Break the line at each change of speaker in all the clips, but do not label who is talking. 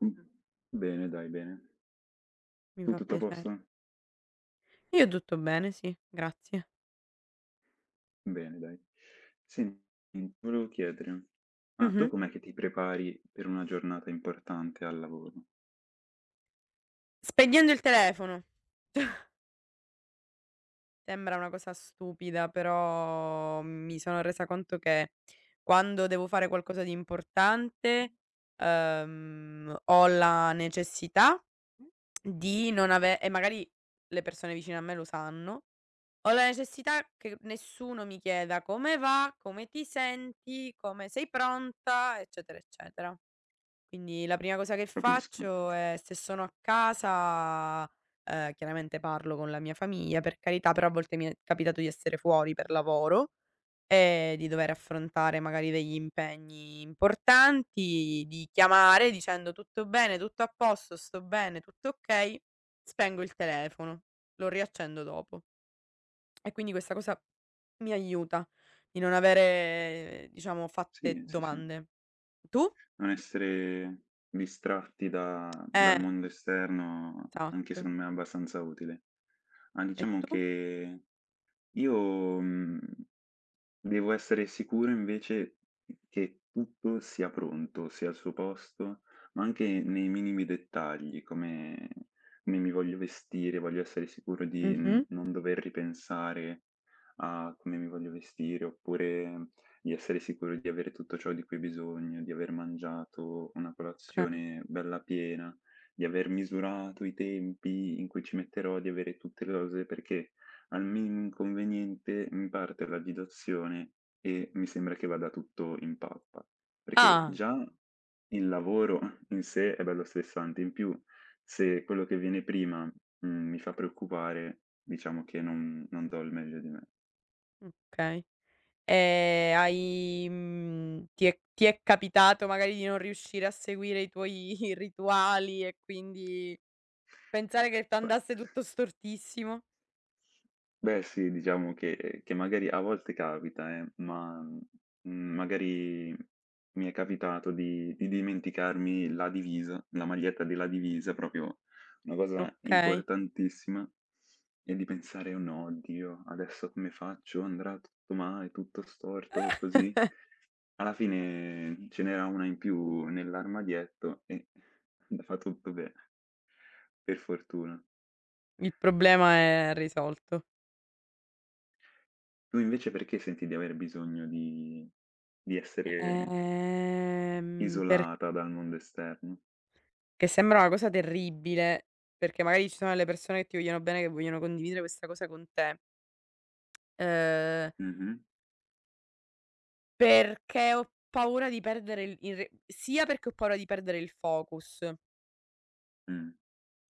Mh. Bene dai, bene.
Mi
Tu
fa
tutto a posto?
piacere. Io tutto bene, sì, grazie.
Bene dai. Senti, volevo chiedere, ma tu
Mh-mh.
com'è che ti prepari per una giornata importante al lavoro?
Spegnendo il telefono. Sembra una cosa stupida, però mi sono resa conto che quando devo fare qualcosa di importante, ho la necessità di non ave e magari le persone vicine a me lo sanno, ho la necessità che nessuno mi chieda: "Come va? Come ti senti? Come sei pronta?" Eccetera, eccetera. Quindi la prima cosa che
Capisco.
faccio è se sono a casa, chiaramente parlo con la mia famiglia, per carità, però a volte mi è capitato di essere fuori per lavoro e di dover affrontare magari degli impegni importanti, di chiamare dicendo: "Tutto bene, tutto a posto, sto bene, tutto okay", spengo il telefono, lo riaccendo dopo. E quindi questa cosa mi aiuta di non avere, diciamo, fatte
Sì, sì, sì.
domande. Tu?
Non essere distratti da dal
Eh,
mondo esterno anche
esatto.
secondo me è abbastanza utile. Ma
E
diciamo
tu?
che io, mhmm devo essere sicuro invece che tutto sia pronto, sia al suo posto, ma anche nei minimi dettagli, come come mi voglio vestire, voglio essere sicuro di n
Mh-mh.
non dover ripensare a come mi voglio vestire, oppure di essere sicuro di avere tutto ciò di cui ho bisogno, di aver mangiato una
Okay.
colazione bella piena, di aver misurato i tempi in cui ci metterò, di avere tutte le cose, perché al minimo inconveniente mi parte l'agitazione e mi sembra che vada tutto in pappa. Perché
Ah,
già il lavoro in sé è bello stressante, in più se quello che viene prima, mi fa preoccupare, diciamo che non do il meglio di me.
okay. E hai ti è capitato magari di non riuscire a seguire i tuoi rituali e quindi pensare che
Beh
t'andasse tutto stortissimo?
Beh sì, diciamo che magari a volte capita, ma, magari mi è capitato di dimenticarmi la divisa, la maglietta della divisa, proprio una cosa
Okay,
importantissima, e di pensare: "Oh no, oddio, adesso come faccio? Andrà tutto male, tutto storto, così". Alla fine ce n'era una in più nell'armadietto e andava tutto bene, per fortuna.
il problema è risolto.
Tu invece perché senti di aver bisogno di essere
Perché
isolata dal mondo esterno?
sembra una cosa terribile, perché magari ci sono delle persone che ti vogliono bene, che vogliono condividere questa cosa con te. Uhm
Mh-mh,
Perché ho paura di perdere il re sia perché ho paura di perdere il focus,
mh,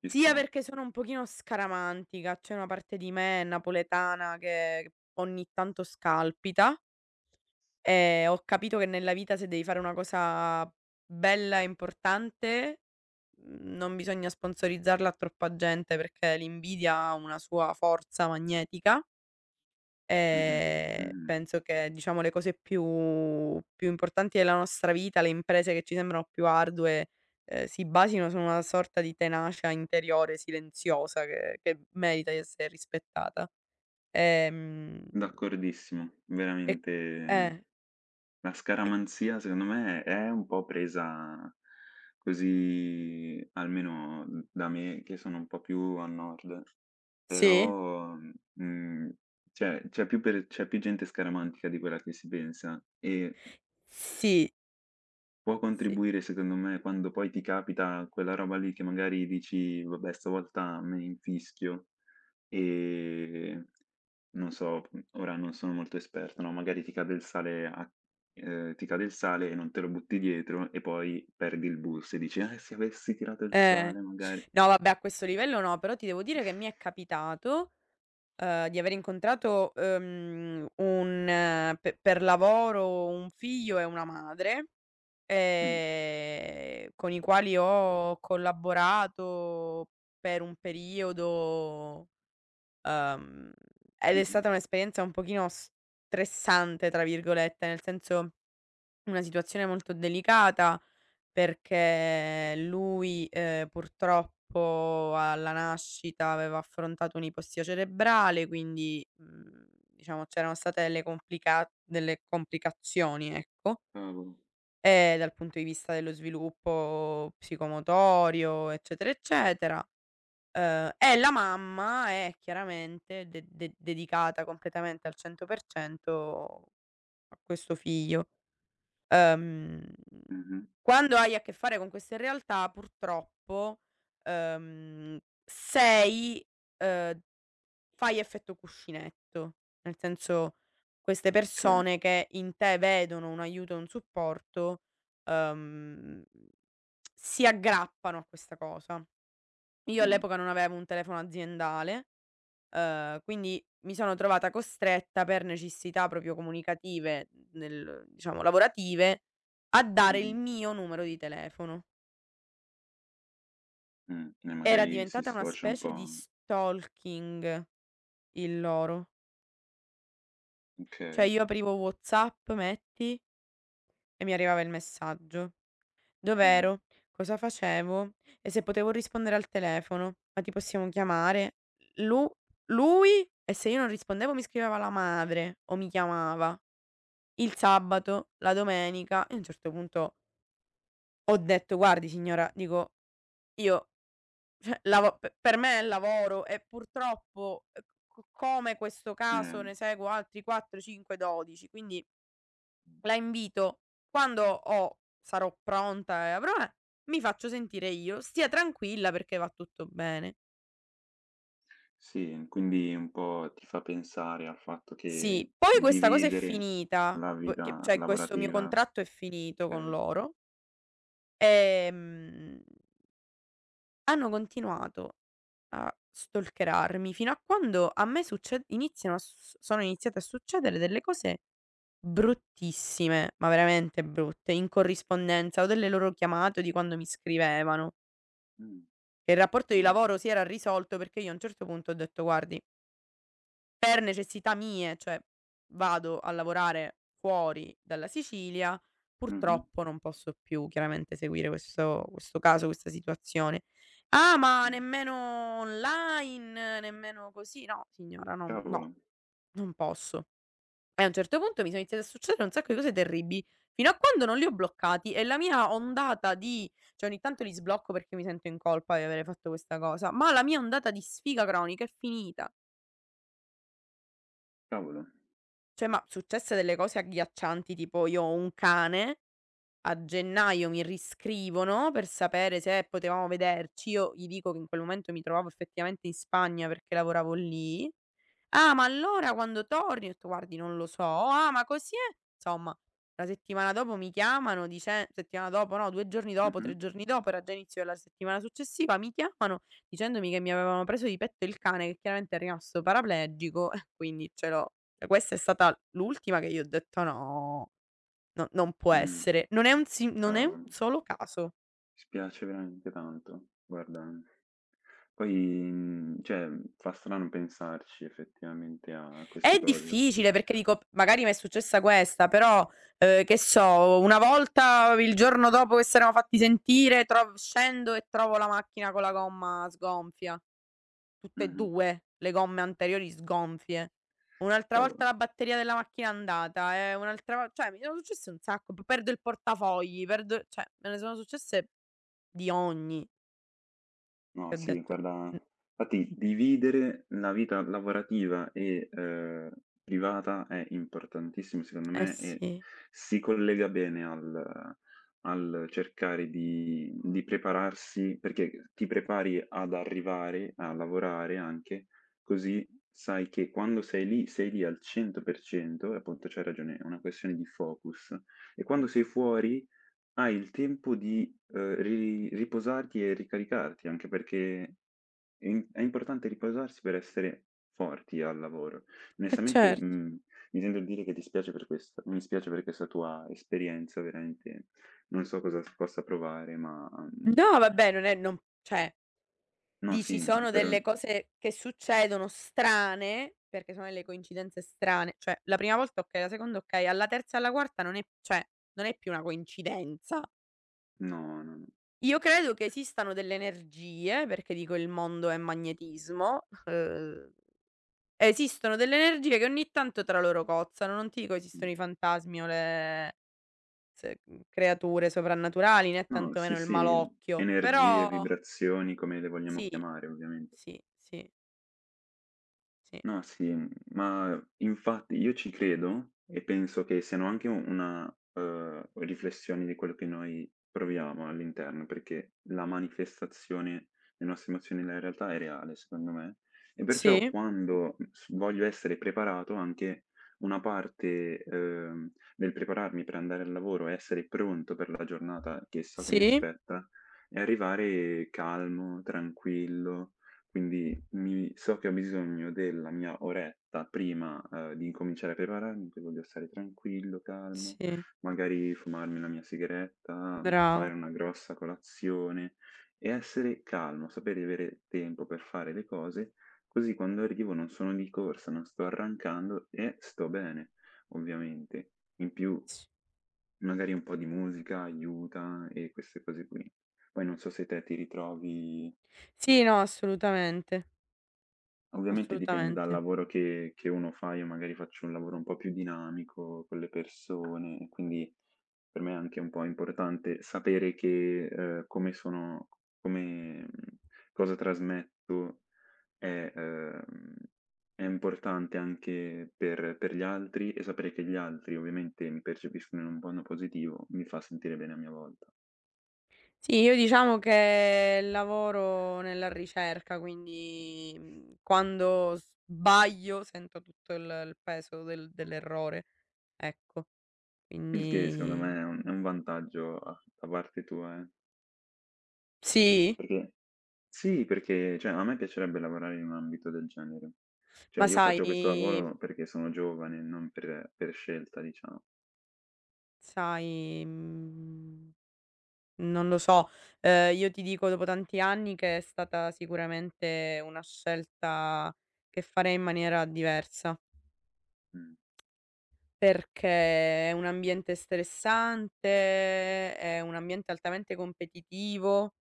ci
sia
sta.
perché sono un pochino scaramantica, c'è una parte di me napoletana che ogni tanto scalpita e ho capito che nella vita se devi fare una cosa bella e importante, non bisogna sponsorizzarla a troppa gente perché l'invidia ha una sua forza magnetica.
Mh-mh,
Ehm,
mh-mh.
penso che diciamo le cose più importanti della nostra vita, le imprese che ci sembrano più ardue, si basino su una sorta di tenacia interiore silenziosa che merita di essere rispettata. Ehm,
D'accordissimo,
e
veramente
eh,
la
e
scaramanzia secondo me è un po' presa così, almeno da me che sono un po' più a nord,
sì,
però, mhmm, c'è più gente scaramantica di quella che si pensa, e
sì,
può
sì,
contribuire secondo me quando poi ti capita quella roba lì che magari dici: "Vabbè, stavolta me ne infischio". E non so, ora non sono molto esperto, no, magari ti cade il sale a ti cade il sale e non te lo butti dietro e poi perdi il bus e dici: se avessi tirato il
eh.
sale magari".
No vabbè a questo livello no, però ti devo dire che mi è capitato di aver incontrato, un pe per lavoro un figlio e una madre,
Mh,
con i quali ho collaborato per un periodo, uhm, ed è
mh-mh,
stata un'esperienza un pochino "stressante" tra virgolette, nel senso una situazione molto delicata perché lui, purtroppo alla nascita aveva affrontato un'ipossia cerebrale, quindi, diciamo c'erano state delle complicazioni, ecco,
cavolo,
dal punto di vista dello sviluppo psicomotorio, eccetera, eccetera. E la mamma è chiaramente de de dedicata completamente al 100% a questo figlio. Ehm
mh-mh,
Quando hai a che fare con queste realtà purtroppo, ehm, sei ehm, fai effetto cuscinetto, nel senso queste
okay,
persone che in te vedono un aiuto e un supporto, ehm, si aggrappano a questa cosa. Io
mh,
all'epoca non avevo un telefono aziendale, quindi mi sono trovata costretta per necessità proprio comunicative nel diciamo lavorative, a dare il
mh-mh,
mio numero di telefono.
e
Era
magari si
diventata una
sfocia un
specie di
po',
stalking il loro. Cioè
okay,
io aprivo WhatsApp, metti, e mi arrivava il messaggio.
mh,
Dov'ero, cosa facevo e se potevo rispondere al telefono. "Ma ti possiamo chiamare?" Lu lui e se io non rispondevo mi scriveva la madre o mi chiamava. Il sabato, la domenica e a un certo punto ho detto: "Guardi signora", dico: "Io Cioè, lavo pe Per me è lavoro e purtroppo, c come questo caso
eh.
ne seguo altri 4, 5, 12. Quindi la invito, quando ho sarò pronta e avrò mi faccio sentire io, stia tranquilla perché va tutto bene."
Sì, quindi un po' ti fa pensare al fatto
Sì,
che
poi questa cosa è
dividere
finita,
la
p che
vita
cioè questo mio
lavorativa,
contratto è finito con
okay.
loro, ehm, hanno continuato a stalkerarmi fino a quando a me succe iniziano a s sono iniziate a succedere delle cose bruttissime, ma veramente brutte, in corrispondenza o delle loro chiamate o di quando mi scrivevano.
Mh,
E il rapporto di
cavolo.
lavoro si era risolto perché io a un certo punto ho detto: "Guardi, per necessità mie, cioè vado a lavorare fuori dalla Sicilia,
Mh-mh.
purtroppo non posso più chiaramente seguire questo caso, questa situazione". "Ah, ma
Mh.
nemmeno online, nemmeno così?" "No signora, non no,
Cavolo,
non posso". E a un certo punto mi sono iniziate a succedere un sacco di cose terribili, fino a quando non li ho bloccati e la mia ondata di cioè ogni tanto li sblocco perché mi sento in colpa di avere fatto questa cosa, ma la mia ondata di sfiga cronica è finita.
cavolo.
Cioè, ma successe delle cose agghiaccianti, tipo io ho un cane, a gennaio mi riscrivono per sapere se potevamo vederci, io gli dico che in quel momento mi trovavo effettivamente in Spagna perché lavoravo lì. "Ah, ma allora quando torni?" Ho detto: "Guardi, non lo so". "Oh, ah, ma così è?" Insomma, la settimana dopo mi chiamano, dice settimana dopo no, 2 giorni dopo,
Mh-mh.
3 giorni dopo, era già inizio della settimana successiva, mi chiamano dicendomi che mi avevano preso di petto il cane, che chiaramente è rimasto paraplegico e quindi ce l'ho. Cioè questa è stata l'ultima, che io ho detto: "No, no non può
Mh.
essere". Non è un si non è un
Cavolo. Mi
solo caso.
spiace veramente tanto, guarda. Poi, cioè, fa strano pensarci effettivamente a
È
queste cose.
difficile perché dico: "Magari m'è successa questa", però, che so, una volta il giorno dopo che s'erano fatti sentire trov scendo e trovo la macchina con la gomma sgonfia, tutte e
Mh-mh.
2 le gomme anteriori sgonfie. Un'altra volta
Cavolo.
la batteria della macchina è andata, e un'altra vo cioè, mi sono successe un sacco, p perdo il portafogli, perdo cioè, me ne sono successe di ogni, che
No,
ho
sì,
detto:
guarda,
"Mh,
infatti dividere la vita lavorativa e, privata è importantissimo secondo
eh
me, e
sì,
si collega bene al al cercare di prepararsi, perché ti prepari ad arrivare a lavorare anche, così sai che quando sei lì al 100% e appunto c'hai ragione, è una questione di focus, e quando sei fuori hai il tempo di, ri riposarti e ricaricarti, anche perché è importante riposarsi per essere forti al lavoro.
eh
Onestamente,
certo".
mi sento di dire che ti spiace per questa mi spiace per questa tua esperienza, veramente non so cosa si possa provare, ma,
No vabbè, non è non cioè
no,
dici
sì, mhmm,
sono
per
delle cose che succedono strane, perché sono delle coincidenze strane, cioè la prima volta okay, la seconda okay, alla terza e alla quarta non è cioè, non è più una coincidenza.
no, no,
Io credo che esistano delle energie, perché dico il mondo è magnetismo, uhm, esistono delle energie che ogni tanto tra loro cozzano, non ti dico
mh,
esistono i fantasmi o creature soprannaturali, né
no, sì,
tantomeno il
sì,
malocchio,
energie,
però
vibrazioni, come le vogliamo
sì,
chiamare, ovviamente.
sì, sì, sì.
No, sì, ma infatti io ci credo e penso che siano anche u una, riflessione di quello che noi proviamo all'interno, perché la manifestazione delle nostre emozioni nella realtà è reale, secondo me, e perciò
Sì,
quando, s voglio essere preparato anche una parte, del prepararmi per andare al lavoro, essere pronto per la giornata che so che mi
sì.
aspetta e arrivare calmo, tranquillo, quindi mi so che ho bisogno della mia oretta prima, di incominciare a prepararmi, che voglio stare tranquillo, calmo,
Sì,
magari fumarmi la mia sigaretta,
bravo.
fare una grossa colazione e essere calmo, sapere di avere tempo per fare le cose, così quando arrivo non sono di corsa, non sto arrancando e sto bene, ovviamente. In più
S
magari un po' di musica aiuta e queste cose qui. Poi non so se te ti ritrovi.
Sì, no, assolutamente,
Ovviamente dipende dal
assolutamente.
lavoro che uno fa, io magari faccio un lavoro un po' più dinamico con le persone e quindi per me è anche un po' importante sapere che, come sono come mhmm, cosa trasmetto è ehm, è importante anche per gli altri, e sapere che gli altri ovviamente mi percepiscono in un modo positivo, mi fa sentire bene a mia volta.
Sì, io diciamo che lavoro nella ricerca, quindi, quando sbaglio sento tutto il peso dell'errore, ecco.
Il che secondo me
Quindi
è un vantaggio a da parte tua,
sì,
perché sì, perché cioè a me piacerebbe lavorare in un ambito del genere. Cioè
ma
io
sai
faccio questo lavoro perché sono giovane, non per scelta diciamo.
sai, mhmm, non lo so, io ti dico dopo tanti anni che è stata sicuramente una scelta che farei in maniera diversa.
Mh.
Perché è un ambiente stressante, è un ambiente altamente competitivo,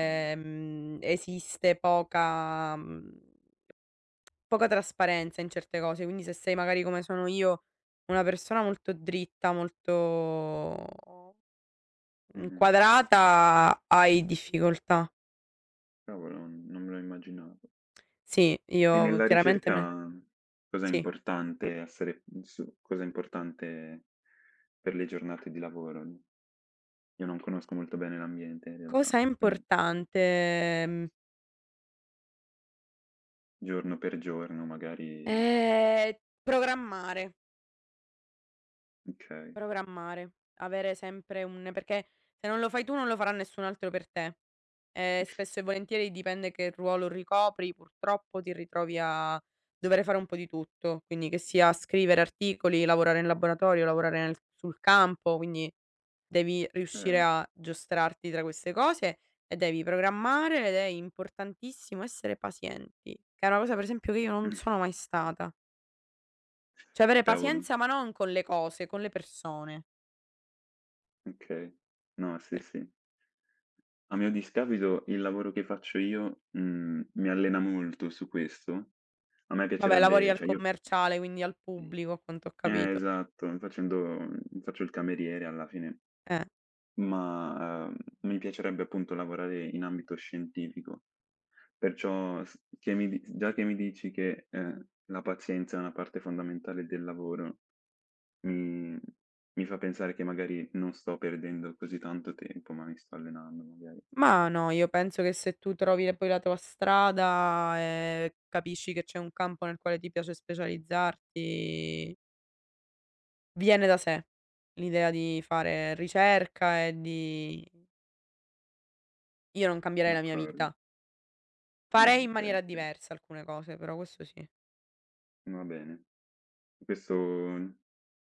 Mh.
esiste poca trasparenza in certe cose, quindi se sei magari come sono io, una persona molto dritta, molto
Mh-mh.
inquadrata, hai difficoltà.
Cavolo, non me lo immaginavo.
Sì,
E
io
nella
chiaramente me
ricerca mm, cos'è
sì.
importante essere mm, su cos'è importante per le giornate di lavoro? Io non conosco molto bene l'ambiente in
Cosa
realtà,
è
quindi
importante? Mhmm,
giorno per giorno magari
ehm, programmare.
okay,
Programmare, avere sempre un perché se non lo fai tu non lo farà nessun altro per te. Spesso e volentieri dipende che ruolo ricopri, purtroppo ti ritrovi a dover fare un po' di tutto, quindi che sia scrivere articoli, lavorare in laboratorio, lavorare nel sul campo, quindi devi riuscire
okay.
a giostrarti tra queste cose e devi programmare ed è importantissimo essere pazienti, che è una cosa per esempio che io non sono mai stata. Cioè avere
Cavolo,
pazienza, ma non con le cose, con le persone.
okay. No, sì,
Per
sì. A mio discapito il lavoro che faccio io, mi allena molto su questo. A me
Vabbè, lavori
piacerebbe
al
cioè io
commerciale, quindi al pubblico a quanto ho capito.
esatto, facendo faccio il cameriere alla fine,
Eh.
ma, mi piacerebbe appunto lavorare in ambito scientifico. Perciò s che mi di già che mi dici che, la pazienza è una parte fondamentale del lavoro, mi mi fa pensare che magari non sto perdendo così tanto tempo, ma mi sto allenando magari.
Ma no, io penso che se tu trovi le poi la tua strada e capisci che c'è un campo nel quale ti piace specializzarti, viene da sé l'idea di fare ricerca e di io non cambierei la mia
D'accordo.
vita. Farei in
Okay,
maniera
okay.
diversa alcune cose, però questo sì.
Va bene. Questo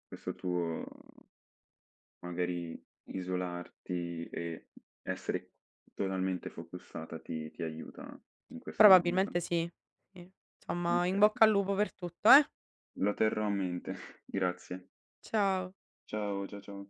questo tuo magari isolarti e essere totalmente focussata ti aiuta in questo ambito.
Probabilmente sì, sì. Insomma, in
Okay,
bocca al lupo per tutto, eh.
lo terrò a mente. Grazie.
Ciao.
Ciao, ciao.